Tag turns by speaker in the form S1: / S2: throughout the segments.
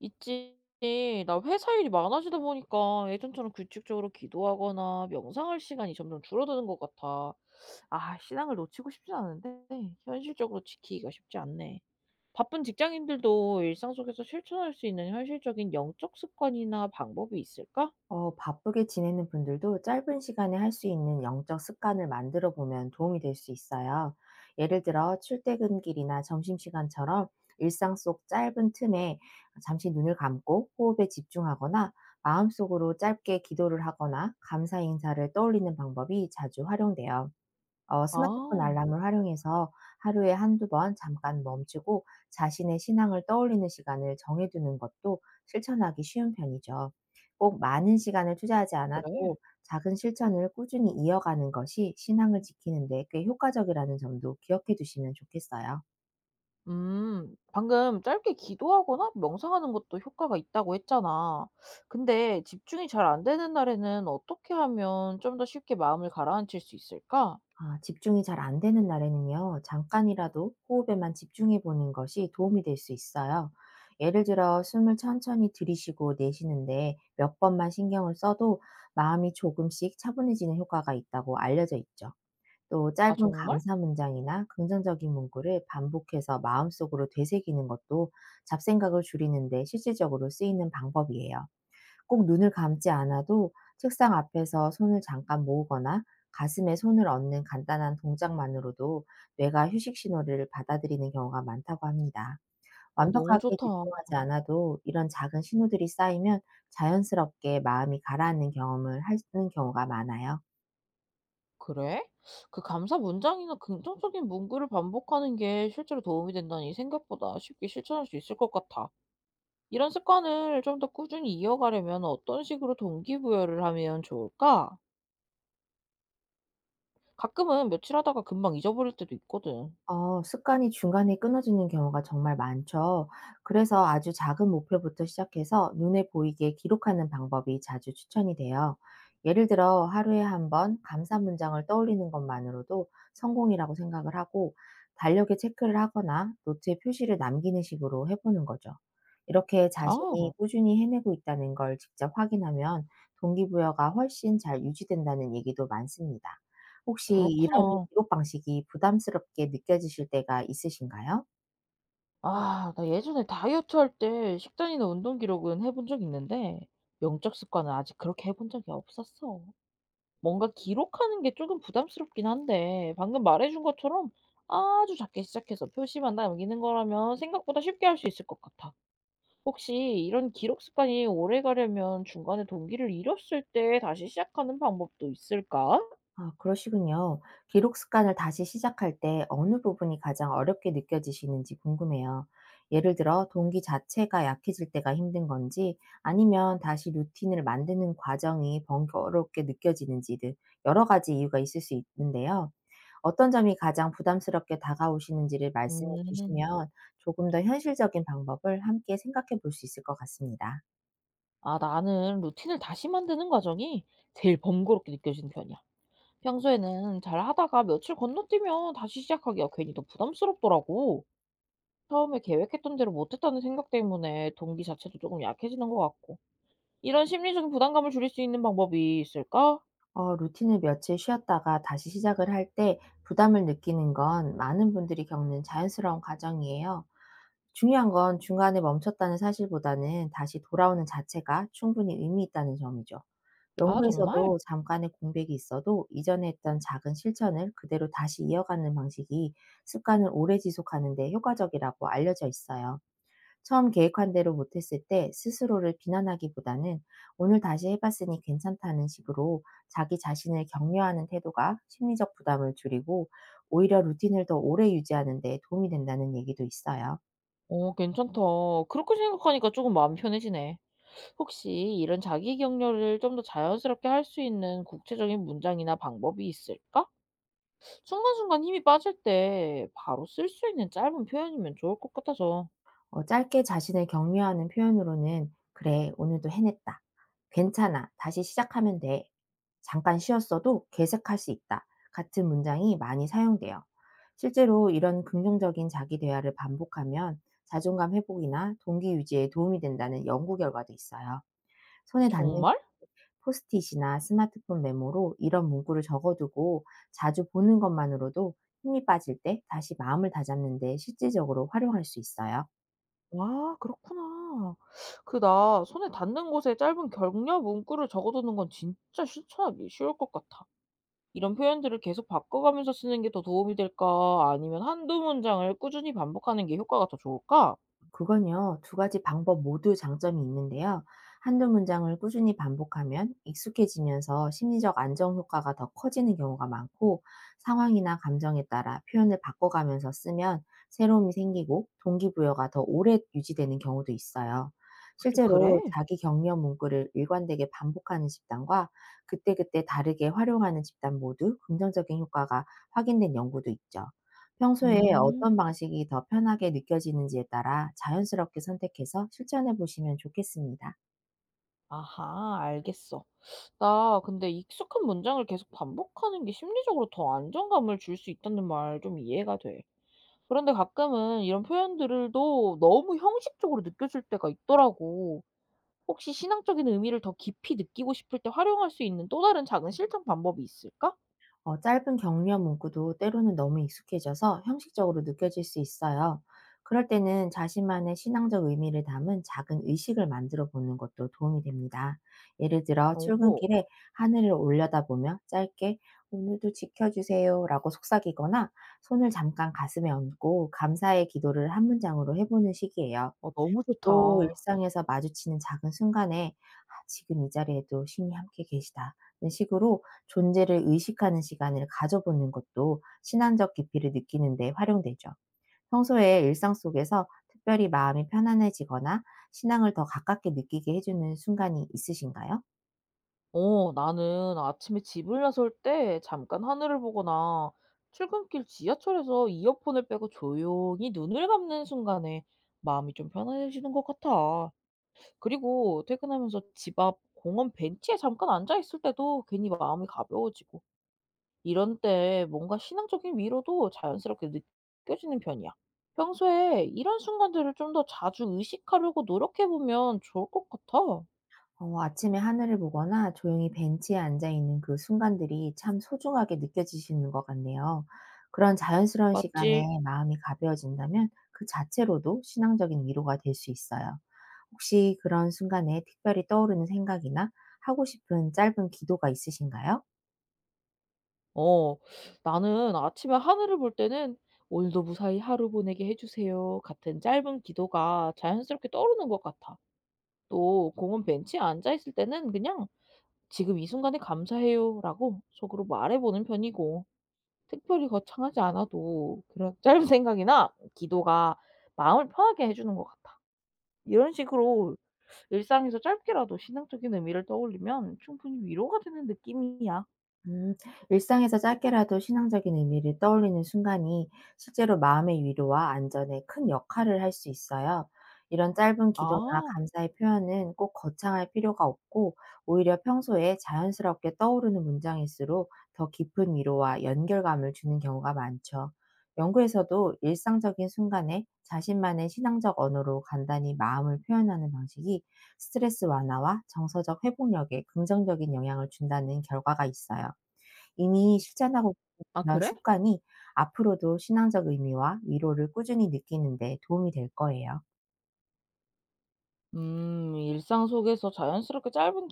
S1: 있지. 나 회사 일이 많아지다 보니까 예전처럼 규칙적으로 기도하거나 명상할 시간이 점점 줄어드는 것 같아. 아, 신앙을 놓치고 싶진 않은데 현실적으로 지키기가 쉽지 않네. 바쁜 직장인들도 일상 속에서 실천할 수 있는 현실적인 영적 습관이나 방법이 있을까?
S2: 바쁘게 지내는 분들도 짧은 시간에 할 수 있는 영적 습관을 만들어 보면 도움이 될 수 있어요. 예를 들어, 출퇴근길이나 점심시간처럼 일상 속 짧은 틈에 잠시 눈을 감고 호흡에 집중하거나 마음속으로 짧게 기도를 하거나 감사 인사를 떠올리는 방법이 자주 활용돼요. 스마트폰
S1: 아,
S2: 알람을 활용해서 하루에 한두 번 잠깐 멈추고 자신의 신앙을 떠올리는 시간을 정해 두는 것도 실천하기 쉬운 편이죠. 꼭 많은 시간을 투자하지
S1: 그래?
S2: 않아도 작은 실천을 꾸준히 이어가는 것이 신앙을 지키는 데 꽤 효과적이라는 점도 기억해 두시면 좋겠어요.
S1: 방금 짧게 기도하거나 명상하는 것도 효과가 있다고 했잖아. 근데 집중이 잘 안 되는 날에는 어떻게 하면 좀 더 쉽게 마음을 가라앉힐 수 있을까?
S2: 아, 집중이 잘 안 되는 날에는요, 잠깐이라도 호흡에만 집중해 보는 것이 도움이 될 수 있어요. 예를 들어, 숨을 천천히 들이쉬고 내쉬는데 몇 번만 신경을 써도 마음이 조금씩 차분해지는 효과가 있다고 알려져 있죠. 또,
S1: 아,
S2: 짧은
S1: 정말?
S2: 감사 문장이나 긍정적인 문구를 반복해서 마음속으로 되새기는 것도 잡생각을 줄이는데 실질적으로 쓰이는 방법이에요. 꼭 눈을 감지 않아도 책상 앞에서 손을 잠깐 모으거나 가슴에 손을 얹는 간단한 동작만으로도 뇌가 휴식 신호를 받아들이는 경우가 많다고 합니다.
S1: 어, 너무
S2: 완벽하게
S1: 좋다.
S2: 집중하지 않아도 이런 작은 신호들이 쌓이면 자연스럽게 마음이 가라앉는 경험을 하는 경우가 많아요.
S1: 그래? 그 감사 문장이나 긍정적인 문구를 반복하는 게 실제로 도움이 된다니 생각보다 쉽게 실천할 수 있을 것 같아. 이런 습관을 좀 더 꾸준히 이어가려면 어떤 식으로 동기부여를 하면 좋을까? 가끔은 며칠 하다가 금방 잊어버릴 때도 있거든.
S2: 습관이 중간에 끊어지는 경우가 정말 많죠. 그래서 아주 작은 목표부터 시작해서 눈에 보이게 기록하는 방법이 자주 추천이 돼요. 예를 들어 하루에 한번 감사 문장을 떠올리는 것만으로도 성공이라고 생각을 하고 달력에 체크를 하거나 노트에 표시를 남기는 식으로 해 보는 거죠. 이렇게
S1: 아.
S2: 자신이 꾸준히 해내고 있다는 걸 직접 확인하면 동기부여가 훨씬 잘 유지된다는 얘기도 많습니다. 혹시 이런
S1: 그렇구나.
S2: 기록 방식이 부담스럽게 느껴지실 때가 있으신가요?
S1: 아, 나 예전에 다이어트 할 때 식단이나 운동 기록은 해본 적 있는데, 영적 습관은 아직 그렇게 해본 적이 없었어. 뭔가 기록하는 게 조금 부담스럽긴 한데, 방금 말해준 것처럼 아주 작게 시작해서 표시만 남기는 거라면 생각보다 쉽게 할 수 있을 것 같아. 혹시 이런 기록 습관이 오래 가려면 중간에 동기를 잃었을 때 다시 시작하는 방법도 있을까?
S2: 아, 그러시군요. 기록 습관을 다시 시작할 때 어느 부분이 가장 어렵게 느껴지시는지 궁금해요. 예를 들어 동기 자체가 약해질 때가 힘든 건지, 아니면 다시 루틴을 만드는 과정이 번거롭게 느껴지는지 등 여러 가지 이유가 있을 수 있는데요. 어떤 점이 가장 부담스럽게 다가오시는지를 말씀해
S1: 음,
S2: 주시면 조금 더 현실적인 방법을 함께 생각해 볼 수 있을 것 같습니다.
S1: 아, 나는 루틴을 다시 만드는 과정이 제일 번거롭게 느껴지는 편이야. 평소에는 잘 하다가 며칠 건너뛰면 다시 시작하기가 괜히 더 부담스럽더라고. 처음에 계획했던 대로 못했다는 생각 때문에 동기 자체도 조금 약해지는 것 같고. 이런 심리적인 부담감을 줄일 수 있는 방법이 있을까?
S2: 루틴을 며칠 쉬었다가 다시 시작을 할 때 부담을 느끼는 건 많은 분들이 겪는 자연스러운 과정이에요. 중요한 건 중간에 멈췄다는 사실보다는 다시 돌아오는 자체가 충분히 의미 있다는 점이죠.
S1: 아, 정말?
S2: 연구에서도 잠깐의 공백이 있어도 이전에 했던 작은 실천을 그대로 다시 이어가는 방식이 습관을 오래 지속하는 데 효과적이라고 알려져 있어요. 처음 계획한 대로 못했을 때 스스로를 비난하기보다는 "오늘 다시 해 봤으니 괜찮다."는 식으로 자기 자신을 격려하는 태도가 심리적 부담을 줄이고 오히려 루틴을 더 오래 유지하는 데 도움이 된다는 얘기도 있어요.
S1: 어, 괜찮다. 그렇게 생각하니까 조금 마음 편해지네. 혹시 이런 자기 격려를 좀 더 자연스럽게 할 수 있는 구체적인 문장이나 방법이 있을까? 순간순간 힘이 빠질 때 바로 쓸 수 있는 짧은 표현이면 좋을 것 같아서.
S2: 짧게 자신을 격려하는 표현으로는 "그래, 오늘도 해냈다. 괜찮아. 다시 시작하면 돼. 잠깐 쉬었어도 계색할 수 있다." 같은 문장이 많이 사용돼요. 실제로 이런 긍정적인 자기 대화를 반복하면 자존감 회복이나 동기 유지에 도움이 된다는 연구 결과도 있어요. 손에 닿는
S1: 정말?
S2: 포스트잇이나 스마트폰 메모로 이런 문구를 적어두고 자주 보는 것만으로도 힘이 빠질 때 다시 마음을 다잡는 데 실질적으로 활용할 수 있어요.
S1: 아 그렇구나. 그 나 손에 닿는 곳에 짧은 격려 문구를 적어두는 건 진짜 실천하기 쉬울 것 같아. 이런 표현들을 계속 바꿔가면서 쓰는 게 더 도움이 될까? 아니면 한두 문장을 꾸준히 반복하는 게 효과가 더 좋을까?
S2: 그건요, 두 가지 방법 모두 장점이 있는데요. 한두 문장을 꾸준히 반복하면 익숙해지면서 심리적 안정 효과가 더 커지는 경우가 많고, 상황이나 감정에 따라 표현을 바꿔가면서 쓰면 새로움이 생기고 동기부여가 더 오래 유지되는 경우도 있어요.
S1: 또 그래?
S2: 실제로 자기 격려 문구를 일관되게 반복하는 집단과 그때그때 다르게 활용하는 집단 모두 긍정적인 효과가 확인된 연구도 있죠. 평소에
S1: 음.
S2: 어떤 방식이 더 편하게 느껴지는지에 따라 자연스럽게 선택해서 실천해 보시면 좋겠습니다.
S1: 아하 알겠어. 나 근데 익숙한 문장을 계속 반복하는 게 심리적으로 더 안정감을 줄 수 있다는 말 좀 이해가 돼. 그런데 가끔은 이런 표현들도 너무 형식적으로 느껴질 때가 있더라고. 혹시 신앙적인 의미를 더 깊이 느끼고 싶을 때 활용할 수 있는 또 다른 작은 실천 방법이 있을까?
S2: 짧은 격려 문구도 때로는 너무 익숙해져서 형식적으로 느껴질 수 있어요. 그럴 때는 자신만의 신앙적 의미를 담은 작은 의식을 만들어 보는 것도 도움이 됩니다. 예를 들어
S1: 오호.
S2: 출근길에 하늘을 올려다보며 짧게 "오늘도 지켜주세요라고 속삭이거나, 손을 잠깐 가슴에 얹고 감사의 기도를 한 문장으로 해보는 식이에요.
S1: 어 아, 너무
S2: 또
S1: 좋다.
S2: 일상에서 마주치는 작은 순간에 '아, 지금 이 자리에도 신이 함께 계시다.' 는 식으로 존재를 의식하는 시간을 가져보는 것도 신앙적 깊이를 느끼는 데 활용되죠. 평소에 일상 속에서 특별히 마음이 편안해지거나 신앙을 더 가깝게 느끼게 해 주는 순간이 있으신가요?
S1: 어 나는 아침에 집을 나설 때 잠깐 하늘을 보거나 출근길 지하철에서 이어폰을 빼고 조용히 눈을 감는 순간에 마음이 좀 편안해지는 것 같아. 그리고 퇴근하면서 집 앞 공원 벤치에 잠깐 앉아 있을 때도 괜히 마음이 가벼워지고 이런 때 뭔가 신앙적인 위로도 자연스럽게 느껴지는 편이야. 평소에 이런 순간들을 좀 더 자주 의식하려고 노력해보면 좋을 것 같아.
S2: 아침에 하늘을 보거나 조용히 벤치에 앉아 있는 그 순간들이 참 소중하게 느껴지시는 것 같네요. 그런 자연스러운
S1: 맞지?
S2: 시간에 마음이 가벼워진다면 그 자체로도 신앙적인 위로가 될 수 있어요. 혹시 그런 순간에 특별히 떠오르는 생각이나 하고 싶은 짧은 기도가 있으신가요?
S1: 어, 나는 아침에 하늘을 볼 때는 "오늘도 무사히 하루 보내게 해주세요." 같은 짧은 기도가 자연스럽게 떠오르는 것 같아. 또 공원 벤치에 앉아 있을 때는 그냥 "지금 이 순간에 감사해요라고 속으로 말해보는 편이고. 특별히 거창하지 않아도 그런 짧은 생각이나 기도가 마음을 편하게 해 주는 것 같아. 이런 식으로 일상에서 짧게라도 신앙적인 의미를 떠올리면 충분히 위로가 되는 느낌이야.
S2: 음, 일상에서 짧게라도 신앙적인 의미를 떠올리는 순간이 실제로 마음의 위로와 안전에 큰 역할을 할 수 있어요. 이런 짧은 기도나
S1: 아.
S2: 감사의 표현은 꼭 거창할 필요가 없고, 오히려 평소에 자연스럽게 떠오르는 문장일수록 더 깊은 위로와 연결감을 주는 경우가 많죠. 연구에서도 일상적인 순간에 자신만의 신앙적 언어로 간단히 마음을 표현하는 방식이 스트레스 완화와 정서적 회복력에 긍정적인 영향을 준다는 결과가 있어요. 이미 실천하고 있는
S1: 아
S2: 그런
S1: 그래?
S2: 습관이 앞으로도 신앙적 의미와 위로를 꾸준히 느끼는 데 도움이 될 거예요.
S1: 음. 일상 속에서 자연스럽게 짧은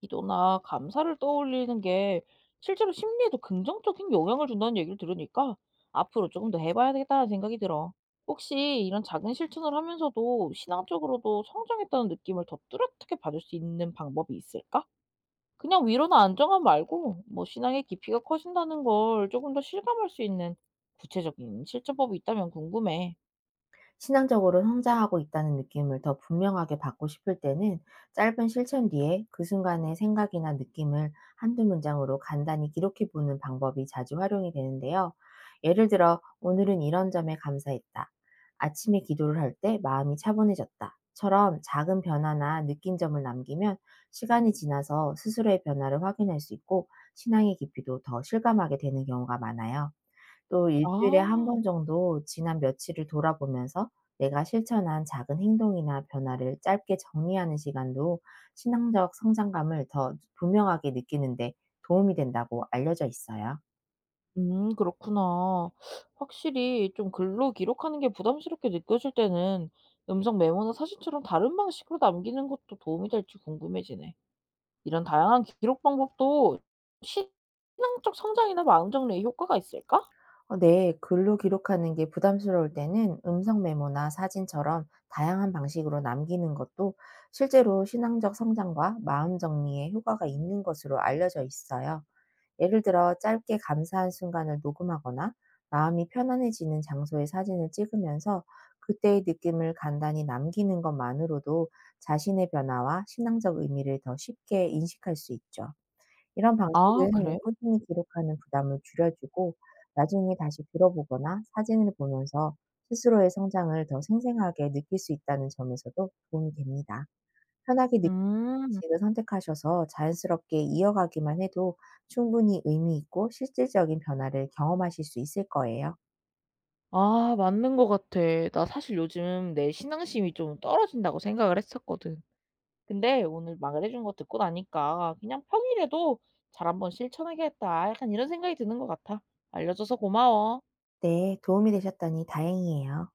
S1: 기도나 감사를 떠올리는 게 실제로 심리에도 긍정적인 영향을 준다는 얘기를 들으니까 앞으로 조금 더 해봐야겠다는 생각이 들어. 혹시 이런 작은 실천을 하면서도 신앙적으로도 성장했다는 느낌을 더 뚜렷하게 받을 수 있는 방법이 있을까? 그냥 위로나 안정감 말고 뭐 신앙의 깊이가 커진다는 걸 조금 더 실감할 수 있는 구체적인 실천법이 있다면 궁금해.
S2: 신앙적으로 성장하고 있다는 느낌을 더 분명하게 받고 싶을 때는 짧은 실천 뒤에 그 순간의 생각이나 느낌을 한두 문장으로 간단히 기록해 보는 방법이 자주 활용이 되는데요. 예를 들어, "오늘은 이런 점에 감사했다.", "아침에 기도를 할 때 마음이 차분해졌다." 처럼 작은 변화나 느낀 점을 남기면 시간이 지나서 스스로의 변화를 확인할 수 있고 신앙의 깊이도 더 실감하게 되는 경우가 많아요. 또 일 주일에 한
S1: 아,
S2: 번 정도 지난 며칠을 돌아보면서 내가 실천한 작은 행동이나 변화를 짧게 정리하는 시간도 신앙적 성장감을 더 분명하게 느끼는 데 도움이 된다고 알려져 있어요.
S1: 그렇구나. 확실히 좀 글로 기록하는 게 부담스럽게 느껴질 때는 음성 메모나 사진처럼 다른 방식으로 남기는 것도 도움이 될지 궁금해지네. 이런 다양한 기록 방법도 신앙적 성장이나 마음 정리에 효과가 있을까?
S2: 네. 글로 기록하는 게 부담스러울 때는 음성 메모나 사진처럼 다양한 방식으로 남기는 것도 실제로 신앙적 성장과 마음 정리에 효과가 있는 것으로 알려져 있어요. 예를 들어 짧게 감사한 순간을 녹음하거나 마음이 편안해지는 장소의 사진을 찍으면서 그때의 느낌을 간단히 남기는 것만으로도 자신의 변화와 신앙적 의미를 더 쉽게 인식할 수 있죠. 이런
S1: 아
S2: 방식은
S1: 그래?
S2: 꾸준히 기록하는 부담을 줄여주고 나중에 다시 들어보거나 사진을 보면서 스스로의 성장을 더 생생하게 느낄 수 있다는 점에서도 도움이 됩니다. 편하게 느끼는
S1: 음.
S2: 방식을 선택하셔서 자연스럽게 이어가기만 해도 충분히 의미 있고 실질적인 변화를 경험하실 수 있을 거예요.
S1: 아 맞는 것 같아. 나 사실 요즘 내 신앙심이 좀 떨어진다고 생각을 했었거든. 근데 오늘 말해 준 거 듣고 나니까 '그냥 평일에도 잘 한번 실천하겠다' 약간 이런 생각이 드는 것 같아. 알려줘서 고마워.
S2: 네, 도움이 되셨다니 다행이에요.